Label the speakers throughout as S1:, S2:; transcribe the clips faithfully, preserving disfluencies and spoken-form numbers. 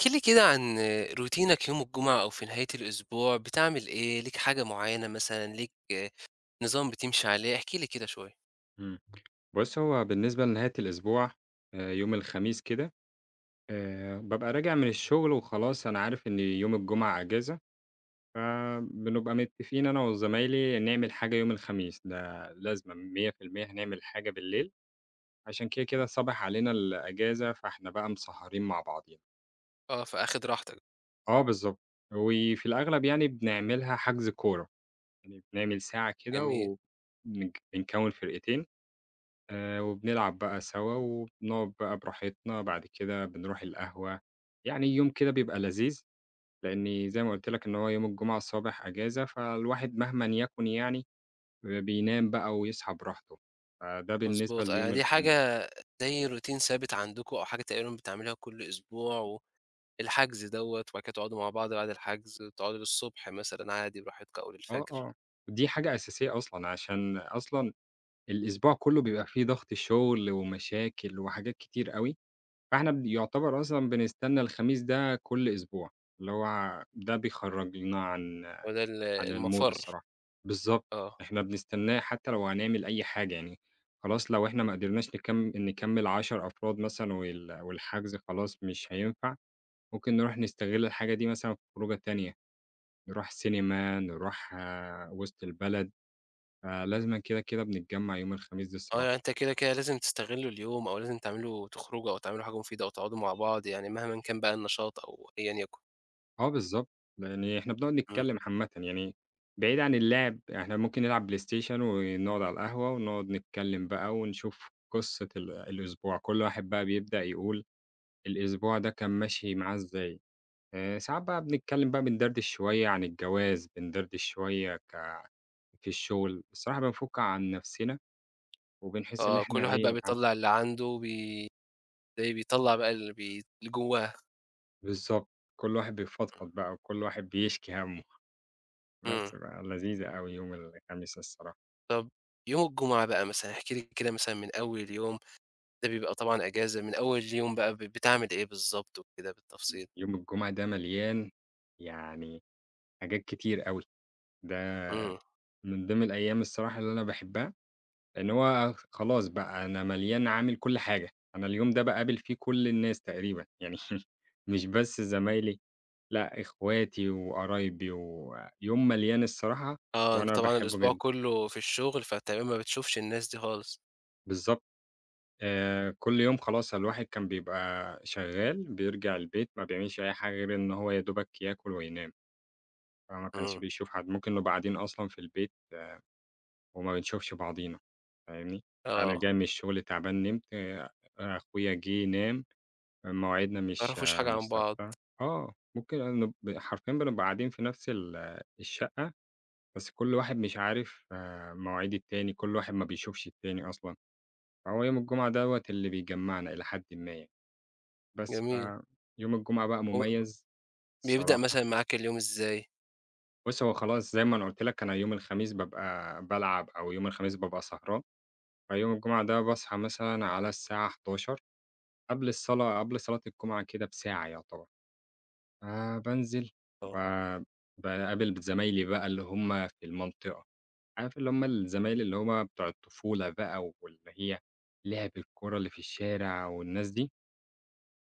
S1: احكِ لي كده عن روتينك يوم الجمعة أو في نهاية الأسبوع، بتعمل إيه؟ ليك حاجة معيّنة مثلًا، ليك نظام بتمشي عليه؟ احكِ لي كده شوية.
S2: إمم. بُص، هو بالنسبة لنهاية الأسبوع آآ يوم الخميس كده آآ بابقى راجع من الشغل وخلاص أنا عارف إن يوم الجمعة أجازة، فبنبقى متفقين أنا وزمايلي نعمل حاجة يوم الخميس، ده لازمًا مية في المية هنعمل حاجة بالليل، عشان كده، كده صابح علينا الأجازة، فإحنا بقى مسهرين مع بعضينا.
S1: آه، فآخد راحتك.
S2: آه بالضبط. وفي الأغلب يعني بنعملها حجز كورة، يعني بنعمل ساعة كده
S1: جميل.
S2: ونج بنكوّن فرقتين، آآ وبنلعب بقى سوا، وبنقعد بقى براحتنا، بعد كده بنروح القهوة، يعني يوم كده بيبقى لذيذ، لإني زي ما قُلت لك إن هو يوم الجمعة الصبح إجازة، فالواحد مهمًا يكن يعني بينام بقى ويصحى براحته، فده بالنسبة
S1: مضبوط، آه،
S2: ليوم
S1: يعني دي حاجة
S2: الخميس.
S1: زي روتين ثابت عندكم أو حاجة تقريبًا بتعملوها كل أسبوع، والحجز دوّة، وبعد كده تقعدوا مع بعض بعد الحجز، تقعدوا للصبح مثلًا عادي براحتكم أو
S2: آه،
S1: للفجر،
S2: آه، دي حاجة أساسية أصلًا، عشان أصلًا الأسبوع كله بيبقى فيه ضغط شغل ومشاكل وحاجات كتير أوي، فإحنا بن يعتبر أصلًا بنستنى الخميس ده كل أسبوع، اللي هو ده بيخرّجنا عن
S1: هو ده ال
S2: على المود
S1: المَفَر،
S2: الصراحة. بالضبط.
S1: آه.
S2: إحنا بنستناه حتى لو هنعمل أي حاجة يعني، خلاص لو إحنا ما قدرناش نكم نكمّل عشرة أفراد مثلًا وال والحجز خلاص مش هينفع، ممكن نروح نستغل الحاجة دي مثلًا في خروجة تانية، نروح سينما، نروح آه، وسط البلد، فلازمًا كده، كده بنتجمّع يوم الخميس دي
S1: آه، يعني
S2: الصراحة.
S1: أنت كده، كده لازم تستغلّوا اليوم أو لازم تعملوا تخرجوا أو تعملوا حاجة مفيدة أو تقعدوا مع بعض، يعني مهمًا كان بقى النشاط أو أيًا يكن.
S2: آه بالضبط، يعني إحنا بنقعد
S1: إمم.
S2: نتكلّم عامةً يعني بعيد عن اللعب، إحنا ممكن نلعب بلاي ستيشن ونقعد على القهوة ونقعد نتكلّم بقى ونشوف قصة ال الأسبوع، كل واحد بقى بيبدأ يقول الأسبوع ده كان ماشي معاه إزاي، آآ ساعات بقى بنتكلّم بقى بندردش شوية عن الجواز، بندردش شوية ك في الشغل، الصراحة بنفُك عن نَفْسنا وبنحس إن
S1: آه،
S2: إحنا
S1: كل واحد بقى
S2: إيه ع
S1: بيطلّع اللي عنده وبي تلاقيه بيطلّع بقى اللي بي اللي جواه.
S2: بالضبط، كل واحد بيفضفض بقى وكل واحد بيشكي هَمّه،
S1: إمم.
S2: بس بقى لذيذة أوي يوم الخميس الصراحة.
S1: طَب يوم الجمعة بقى مثلًا، احكِ لي كده مثلًا من أول يوم، ده بيبقى طبعًا إجازة، من أول يوم بقى ب بتعمل إيه بالضبط وكده بالتفصيل؟
S2: يوم الجمعة ده مليان يعني حاجات كتير أوي، ده
S1: إمم.
S2: من ضمن الأيام الصراحة اللي أنا باحبها، لإن هو خلاص بقى أنا مليان عامل كل حاجة، أنا اليوم ده باقابل فيه كل الناس تقريبًا، يعني مش بس زمايلي، لأ إخواتي وقرايبي، ويوم مليان الصراحة
S1: آه، أنت
S2: وأنا
S1: طبعًا
S2: باحبه
S1: الأسبوع
S2: جدًا.
S1: كُلّه في الشغل، فتقريبًا ما بتشوفش الناس دي خالص.
S2: بالضبط، آآ كل يوم خلاص الواحد كان بيبقى شغال، بيرجع البيت ما بيعملش أي حاجة غير إن هو يا دوبك ياكل وينام، فما كانش
S1: إمم.
S2: بيشوف حد، ممكن نبقى قاعدين أصلًا في البيت وما بنشوفش بعضينا فاهمني؟ أنا جاي
S1: آه،
S2: من الشغل تعبان نمت، آه، أخويا جِه نام، مواعيدنا
S1: ما
S2: مش
S1: يعرفوش
S2: آه،
S1: حاجة عن
S2: مش
S1: بعض.
S2: ثابتة آه، ممكن نب حرفيًا بنبقى قاعدين في نفس ال الشقة، بس كل واحد مش عارف آه، مواعيد التاني، كل واحد ما بيشوفش التاني أصلًا، فهو يوم الجمعة دوّة اللي بيجمّعنا إلى حدٍ ما يعني، بس
S1: جميل.
S2: فيوم الجمعة بقى
S1: و
S2: مميز
S1: بيبدأ
S2: الصراحة.
S1: مثلًا معاك اليوم إزاي؟
S2: بُص، هو خلاص زي ما أنا قُلت لك أنا يوم الخميس بابقى بالعب أو يوم الخميس بابقى سهران. فيوم الجمعة ده باصحى مثلًا على الساعة حداشر قبل الصلاة قبل صلاة الجمعة كده بساعة يعتبر، فبانزل ب
S1: آه،
S2: باقابل زمايلي بقى اللي هم في المنطقة، عارف اللي هم الزمايل اللي هم بتوع الطفولة بقى واللي هي لعب الكورة اللي في الشارع والناس دي،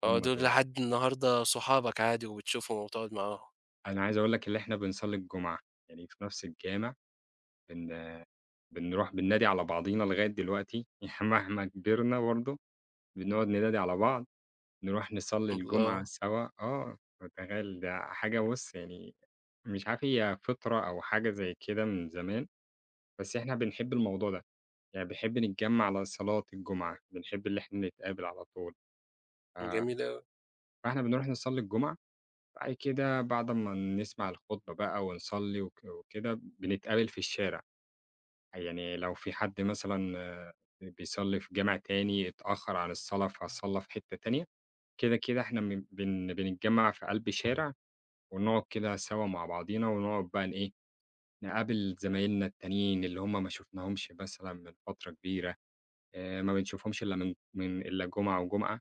S1: آه،
S2: هم
S1: دول
S2: دول.
S1: لحد النهارده صحابك عادي وبتشوفهم وبتقعد معاهم.
S2: أنا عايز أقول لك اللي إحنا بنصلي الجمعة يعني في نفس الجامع، بن بنروح بننادي على بعضينا لغاية دلوقتي، يعني مهما كبرنا برضه بنقعد ننادي على بعض. نروح نصلّي الجمعة
S1: الله!
S2: سوا آه، فتخيّل ده حاجة بُص يعني مش عارف هي فطرة أو حاجة زي كده من زمان، بس إحنا بنحب الموضوع ده، يعني بنحب نتجمّع على صلاة الجمعة، بنحب اللي إحنا نتقابل على طول، ف
S1: جميل أوي.
S2: فإحنا بنروح نصلّي الجمعة، بعد كده بعد ما نسمع الخطبة بقى ونصلّي وك وكده بنتقابل في الشارع، يعني لو في حد مثلًا آه، بيصلّي في جامع تاني اتأخّر عن الصلاة فصلّى في حتة تانية، كده، كده إحنا م بن بنتجمّع في قلب شارع ونقعد كده سوا مع بعضينا ونقعد بقى ن إيه، نقابل زمايلنا التانيين اللي هم ما شُفناهمش مثلًا من فترة كبيرة، آآ ما بنشوفهمش إلا من من إلا جمعة وجمعة،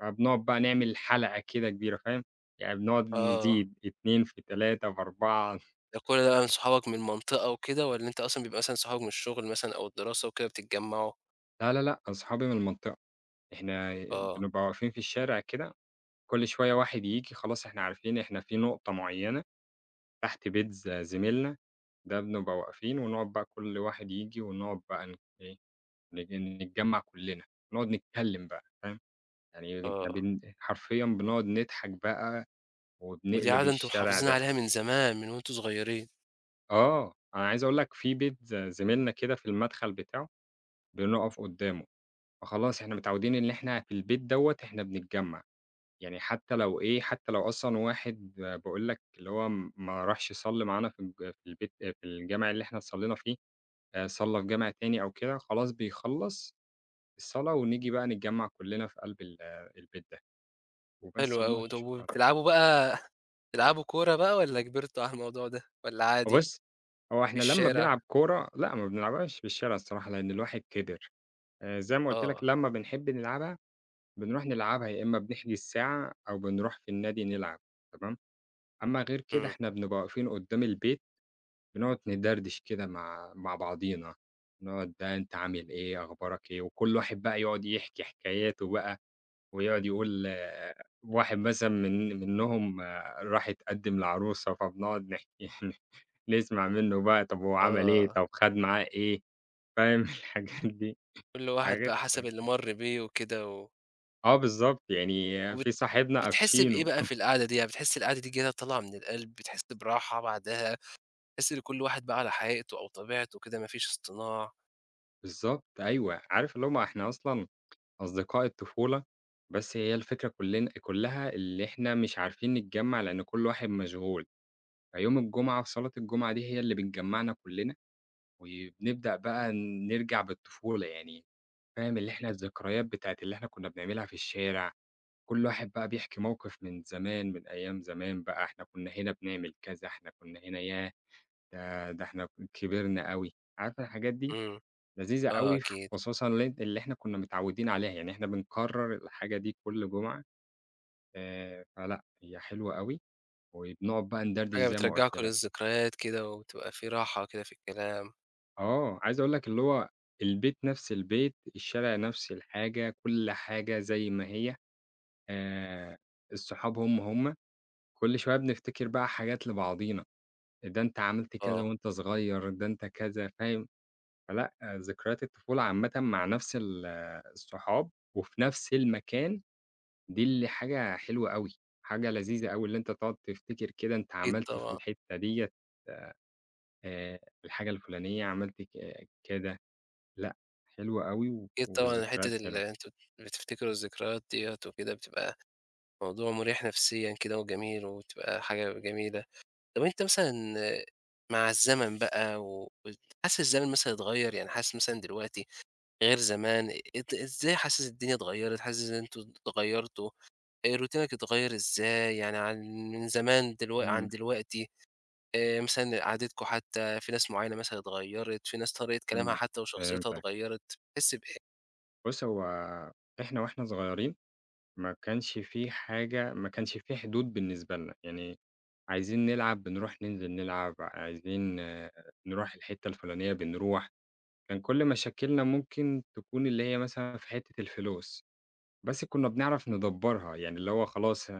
S2: فبنقعد بقى نعمل حلقة كده كبيرة فاهم؟ يعني بنقعد
S1: آه،
S2: نزيد اتنين في تلاتة في أربعة
S1: ده كل ده بقى من صحابك من المنطقة وكده والّا أنت أصلًا بيبقى مثلًا صحابك من الشغل مثلًا أو الدراسة وكده بتتجمعوا؟
S2: لا، لا، لأ، أصحابي من المنطقة، إحنا
S1: آه،
S2: بنبقى واقفين في الشارع كده كل شوية واحد ييجي خلاص إحنا عارفين إحنا في نقطة معينة تحت بيت ز زميلنا، ده بنبقى واقفين ونقعد بقى كل واحد ييجي ونقعد بقى ن إيه نج نتجمّع كلّنا، نقعد نتكلّم بقى فاهم، يعني إحنا
S1: آه،
S2: بن حرفيًا بنقعد نضحك بقى
S1: ودي
S2: وبنقلب
S1: عادة أنتم
S2: الشارع
S1: محافظين
S2: ضحك.
S1: عليها من زمان من وأنتم صغيرين.
S2: آه، أنا عايز أقول لك في بيت ز زميلنا كده في المدخل بتاعه بنقف قدّامه، فخلاص إحنا متعودين إن إحنا في البيت دوّة إحنا بنتجمّع، يعني حتى لو إيه، حتى لو أصلًا واحد باقول لك اللي هو م- ما راحش يصلّي معانا في الج في البيت آه، في الجامع اللي إحنا صلّينا فيه، آآ صلّى في جامع تاني أو كده، خلاص بيخلّص الصلاة ونيجي بقى نتجمّع كلّنا في قلب ال آه، البيت ده. وبس
S1: حلو
S2: وبنقعد
S1: أوي، طب
S2: نشوف بعض.
S1: وبتلعبوا بقى بتلعبوا كورة بقى والّا كبرتوا على الموضوع ده والّا عادي
S2: وبُص، هو
S1: في
S2: إحنا لمّا
S1: الشارع؟
S2: بنلعب كورة لأ، ما بنلعبهاش في الشارع الصراحة لإن الواحد كِبِر، آآ زي ما قُلت لك
S1: آه،
S2: لمّا بنحب نلعبها، بنروح نلعبها يا إمّا بنحجز ساعة أو بنروح في النادي نلعب تمام، أمّا غير كده
S1: إمم،
S2: إحنا بنبقى واقفين قدّام البيت بنقعد ندردش كده مع مع بعضينا، نقعد بقى أنت عامل إيه، أخبارك إيه، وكل واحد بقى يقعد يحكي حكاياته بقى ويقعد يقول آه، واحد مثلًا من منّهم آه، راح اتقدّم لعروسة فبنقعد نحكي نسمع منّه بقى طب هو عمل إيه،
S1: آه،
S2: طب خَد معاه إيه، فاهم الحاجات دي،
S1: كل واحد
S2: حاجات
S1: بقى حسب
S2: شَبه
S1: اللي مَر بيه وكده و
S2: آه بالضبط، يعني
S1: وبت
S2: في صاحبنا
S1: بتحس بإيه
S2: قافشينه،
S1: بقى في القعدة دي؟ يعني بتحس القعدة دي كده طالعة من القلب، بتحس براحة بعدها، بتحس إن كل واحد بقى على حقيقته أو طبيعته كده ما فيش اصطناع؟
S2: بالضبط أيوه، عارف اللي هم إحنا أصلًا أصدقاء الطفولة، بس هي الفكرة كلّنا كلّها اللي إحنا مش عارفين نتجمّع لإن كل واحد مشغول، فيوم الجمعة وصلاة الجمعة دي هي اللي بتجمّعنا كلّنا، وبنبدأ بقى نرجع بالطفولة يعني، فاهم اللي إحنا الذكريات بتاعة اللي إحنا كنّا بنعملها في الشارع. كل واحد بقى بيحكي موقف من زمان، من أيام زمان بقى، إحنا كنا هنا بنعمل كذا، إحنا كنا هنا ياه! ده ده إحنا كبرنا أوي، عارفة الحاجات دي
S1: إمم،
S2: لذيذة
S1: آه
S2: أوي ف
S1: أكيد،
S2: خصوصًا اللي أنت اللي إحنا كنا متعودين عليها، يعني إحنا بنكرر الحاجة دي كل جمعة، آآ، فلأ هي حلوة أوي، وبنقعد بقى ندردش
S1: حاجة
S2: زي ما قُلت
S1: بترجّعكم
S2: لك،
S1: للذكريات كده وبتبقى في راحة كده في الكلام.
S2: آه، عايز أقول لك اللي هو البيت نفس البيت، الشارع نفس الحاجة، كل حاجة زي ما هي، آآ، الصحاب هم، هم، كل شوية بنفتكر بقى حاجات لبعضينا. ده أنت عملت كذا
S1: آه،
S2: وأنت صغير، ده أنت كذا فاهم؟ فلأ، ذكريات الطفولة عامةً مع نفس ال الصحاب وفي نفس المكان، دي اللي حاجة حلوة أوي، حاجة لذيذة أوي اللي أنت تقعد تفتكر كده أنت
S1: أكيد
S2: عملت في
S1: طبعًا.
S2: الحتة ديّة آآ الحاجة الفلانية، عملت ك كده، لأ، حلوة أوي و
S1: أكيد طبعًا
S2: والذكريات
S1: حتة ال
S2: حلوة.
S1: أنتم بتفتكروا الذكريات ديّة وكده بتبقى موضوع مريح نفسيًا كده وجميل وبتبقى حاجة جميلة. طب أنت مثلًا مع الزمن بقى و وحاسس الزمن مثلًا اتغيّر؟ يعني حاسس مثلًا دلوقتي غير زمان، أنت إزاي حاسس الدنيا اتغيّرت، حاسس إن أنتم اتغيّرتوا، آآ روتينك اتغيّر إزاي يعني عن من زمان دلوق عن
S2: إمم،
S1: دلوقتي، آآ مثلًا قعدتكم حتى في ناس معيّنة مثلًا اتغيّرت، في ناس طريقة كلامها
S2: إمم،
S1: حتى وشخصيتها
S2: فهمتك.
S1: اتغيّرت، بتحس بإيه؟
S2: بُص، هو إحنا وإحنا صغيرين ما كانش في حاجة ما كانش في حدود بالنسبة لنا، يعني عايزين نلعب بنروح ننزل نلعب، عايزين آه، نروح الحتة الفلانية بنروح، كان كل مشاكلنا ممكن تكون اللي هي مثلًا في حتة الفلوس، بس كنا بنعرف ندبّرها، يعني اللي هو خلاص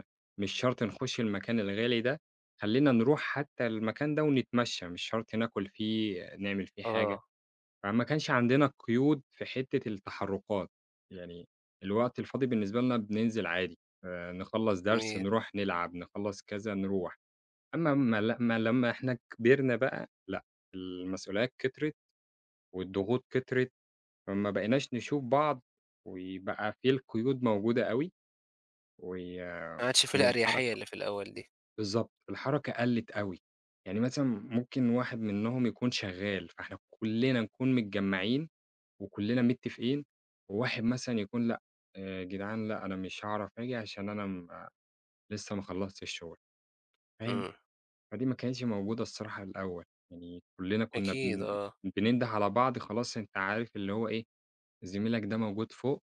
S2: مش شرط نخش المكان الغالي ده، خلّينا نروح حتى المكان ده ونتمشى، مش شرط ناكل فيه، نعمل فيه حاجة.
S1: آه،
S2: فما كانش عندنا قيود في حتّة التحرُّكات، يعني الوقت الفاضي بالنسبة لنا بننزل عادي، آآ نخلّص درس
S1: جميل،
S2: نروح نلعب، نخلّص كذا نروح، أمّا ما ل ما لمّا إحنا كبرنا بقى لأ، المسؤوليات كترت والضغوط كترت، فما بقيناش نشوف بعض وبقى في القيود موجودة أوي وي
S1: ما عادش في الأريحية
S2: والحركة
S1: اللي في الأول دي،
S2: بالضبط، الحركة قَلِّت أوي، يعني مثلًا ممكن واحد منّهم يكون شغّال، فإحنا كُلّنا نكون متجمّعين وكلّنا متّفقين، وواحد مثلًا يكون لأ، آآ جدعان لأ أنا مش هاعرف آجي عشان أنا م لسه ما خلّصتش الشغل، فاهم؟
S1: إمم،
S2: فدي ما كانتش موجودة الصراحة الأول، يعني كلّنا كُنّا
S1: أكيد
S2: بن
S1: آه،
S2: بننده على بعض خلاص أنت عارف اللي هو إيه، زميلك ده موجود فوق،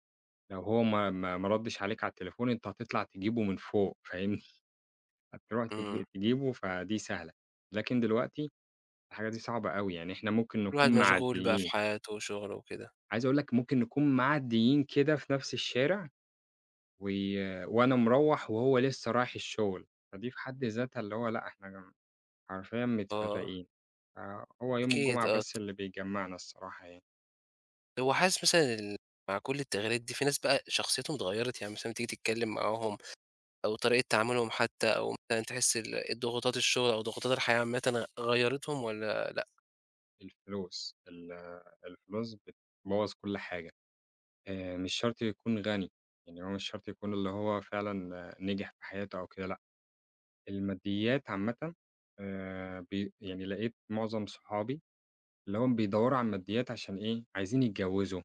S2: لو هو ما ما ما ردّش عليك على التليفون أنت هتطلع تجيبه من فوق فاهمني؟ هتروح
S1: إمم،
S2: تج تجيبه فدي سهلة، لكن دلوقتي الحاجة دي صعبة أوي، يعني إحنا ممكن
S1: كل واحد
S2: نكون
S1: مشغول بقى في
S2: معدّيين،
S1: حياته وشغله وكده.
S2: عايز أقول لك ممكن نكون معدّيين كده في نفْس الشارع و وأنا مروّح وهو لسه رايح الشغل، فدي في حد ذاتها اللي هو لأ إحنا م حرفيًا
S1: آه،
S2: متفرّقين، فهو يوم
S1: أكيد
S2: الجمعة
S1: آه،
S2: بس اللي بيجمّعنا الصراحة يعني،
S1: هو حاسس مثلًا ال مع كل التغييرات دي في ناس بقى شخصيتهم اتغيّرت، يعني مثلًا تيجي تتكلم معاهم أو طريقة تعاملهم حتى أو مثلًا تحس ال الضغوطات الشغل أو ضغوطات الحياة عامةً غيّرتهم والّا لأ،
S2: الفلوس ال الفلوس بتبوّظ كل حاجة، آآ مش شرط يكون غني، يعني هو مش شرط يكون اللي هو فعلًا آه، نجح في حياته أو كده لأ، الماديات عامةً آآ بي يعني لقيت معظم صحابي اللي هُم بيدوّروا على الماديات عشان إيه، عايزين يتجوّزوا،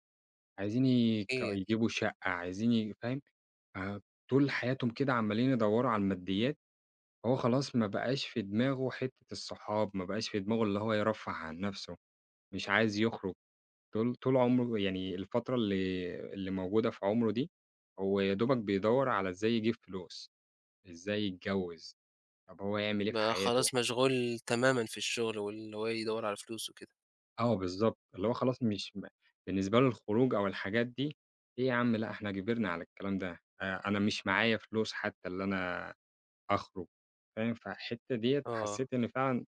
S2: عايزين يك
S1: إيه
S2: يجيبوا شقة، عايزين ي فاهم؟ آآ طول حياتهم كده عمّالين يدوّروا على الماديّات، هو خلاص ما بقاش في دماغه حتّة الصحاب، ما بقاش في دماغه اللي هو يرفّه عن نَفْسه، مش عايز يخرج، طول طول عمره يعني الفترة اللي اللي موجودة في عمره دي، هو يا دوبك بيدوّر على إزاي يجيب فلوس، إزاي يتجوّز، طب هو يعمل إيه في
S1: بقى
S2: حياته؟
S1: خلاص مشغول تمامًا في الشغل وإن هو يدوّر على فلوس وكده؟
S2: آه بالضبط، اللي هو خلاص مش م بالنسبة له الخروج أو الحاجات دي، إيه يا عم لأ إحنا كبرنا على الكلام ده، آآ أنا مش معايا فلوس حتّى اللي أنا أخرج، فاهم؟ فالحتّة ديّة
S1: آه،
S2: حسّيت إن فعلًا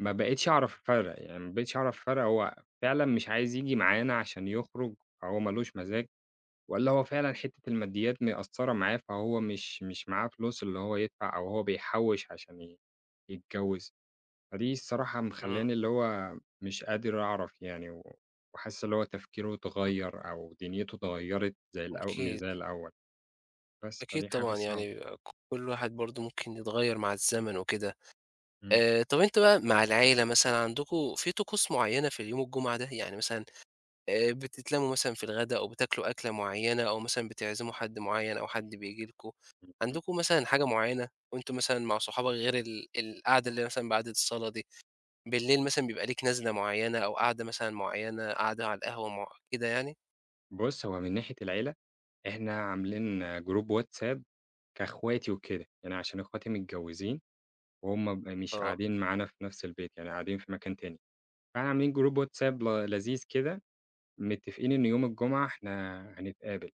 S2: ما بقيتش أعرف أفرّق، يعني ما بقيتش أعرف أفرّق هو فعلًا مش عايز ييجي معانا عشان يخرج، فهو ما لوش مزاج، والّا هو فعلًا حتّة الماديات مأثّرة معاه، فهو مش مش معاه فلوس اللي هو يدفع أو هو بيحوّش عشان ي يتجوّز. فدي الصراحة
S1: إمم،
S2: مخلّياني اللي هو مش قادر أعرف يعني و وحاسس اللي هو تفكيره
S1: إمم،
S2: اتغيّر أو دنيته اتغيّرت زي الأو مش
S1: أكيد،
S2: زي الأول، بس،
S1: أكيد
S2: فدي حاجة
S1: طبعًا
S2: صعبة.
S1: يعني بيبقى ك كل واحد برضه ممكن يتغيّر مع الزمن وكده.
S2: إمم،
S1: آآ، طَب أنت بقى مع العيلة مثلًا عندكم في طقوس معيّنة في اليوم الجمعة ده؟ يعني مثلًا آآ بتتلمّوا مثلًا في الغدا أو بتاكلوا أكلة معيّنة أو مثلًا بتعزموا حد معيّن أو حد بييجي لكم،
S2: إمم، إمم.
S1: عندكم مثلًا حاجة معيّنة وأنتم مثلًا مع صحابك غير ال القعدة اللي مثلًا بعد الصلاة دي، بالليل مثلًا بيبقى ليك نزلة معيّنة أو قعدة مثلًا معيّنة، قعدة على القهوة مع كده يعني؟
S2: بُص، هو من ناحية العيلة إحنا عاملين جروب واتساب كأخواتي وكده، يعني عشان أخواتي متجوّزين وهُم ب مش
S1: آه،
S2: قاعدين معانا في نفس البيت، يعني قاعدين في مكان تاني، فإحنا عاملين جروب واتساب ل لذيذ كده، متّفقين إن يوم الجمعة إحنا هنتقابل،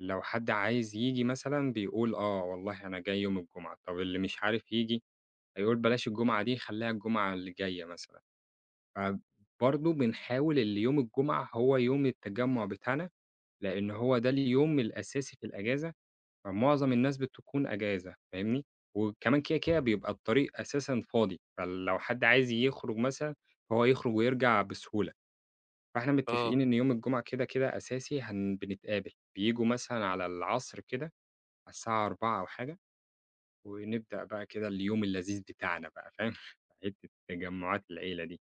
S2: لو حد عايز ييجي مثلًا بيقول آه والله أنا جاي يوم الجمعة، طب اللي مش عارف ييجي هيقول بلاش الجمعة دي خلّيها الجمعة اللي جاية مثلًا، فبرضه بنحاول اللي يوم الجمعة هو يوم التجمُّع بتاعنا، لإن هو ده اليوم الأساسي في الأجازة فمعظم الناس بتكون أجازة فاهمني، وكمان كده، كده بيبقى الطريق أساسًا فاضي، فلو حد عايز يخرج مثلًا، فهو يخرج ويرجع بسهولة، فإحنا متفقين
S1: آه،
S2: إن يوم الجمعة كده، كده أساسي هن بنتقابل، بييجوا مثلًا على العصر كده، على الساعة أربعة أو حاجة، ونبدأ بقى كده اليوم اللذيذ بتاعنا بقى فاهم، حتة تجمعات العيلة دي،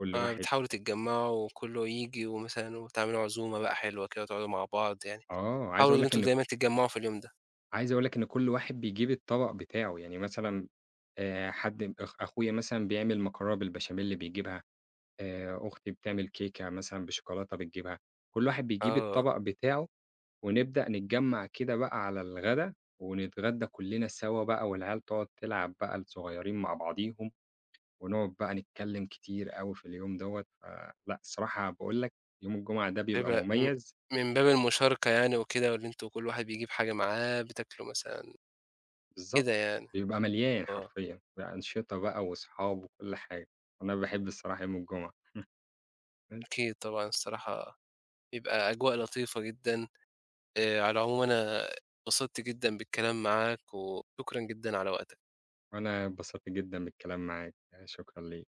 S2: كل
S1: آه،
S2: واحد
S1: بتحاولوا تتجمّعوا وكلّه ييجي ومثلًا وتعملوا عزومة بقى حلوة كده وتقعدوا مع بعض يعني،
S2: آه، عايز
S1: حاولوا
S2: أقول
S1: إن
S2: لك
S1: أنتم
S2: إن
S1: دايمًا تتجمّعوا في اليوم ده.
S2: عايز أقول لك إن كل واحد بيجيب الطبق بتاعه، يعني مثلًا آآ، حد أخ أخويا مثلًا بيعمل مكرونة بالبشاميل بيجيبها، آآ أختي بتعمل كيكة مثلًا بشوكولاتة بتجيبها، كل واحد بيجيب
S1: آه،
S2: الطبق بتاعه، ونبدأ نتجمّع كده بقى على الغدا، ونتغدى كلّنا سوا بقى والعيال تقعد تلعب بقى الصغيّرين مع بعضيهم، ونقعد بقى نتكلّم كتير أوي في اليوم دوّة، فلأ الصراحة باقول لك يوم الجمعة ده بيبقى
S1: بيبقى م
S2: مميز
S1: من باب المشاركة يعني وكده واللي أنتم كل واحد بيجيب حاجة معاه بتاكلوا مثلًا
S2: بالضبط،
S1: كده يعني،
S2: بيبقى مليان
S1: آه،
S2: حرفيًا بأنشطة بقى وأصحاب وكل حاجة، أنا باحب الصراحة يوم الجمعة بس،
S1: أكيد طبعًا الصراحة بيبقى أجواء لطيفة جدًا. آآ، على العموم أنا اتبسطت جدًا بالكلام معاك، وشكرًا جدًا على وقتك.
S2: وأنا اتبسطت جدًا بالكلام معاك، شكرًا ليك.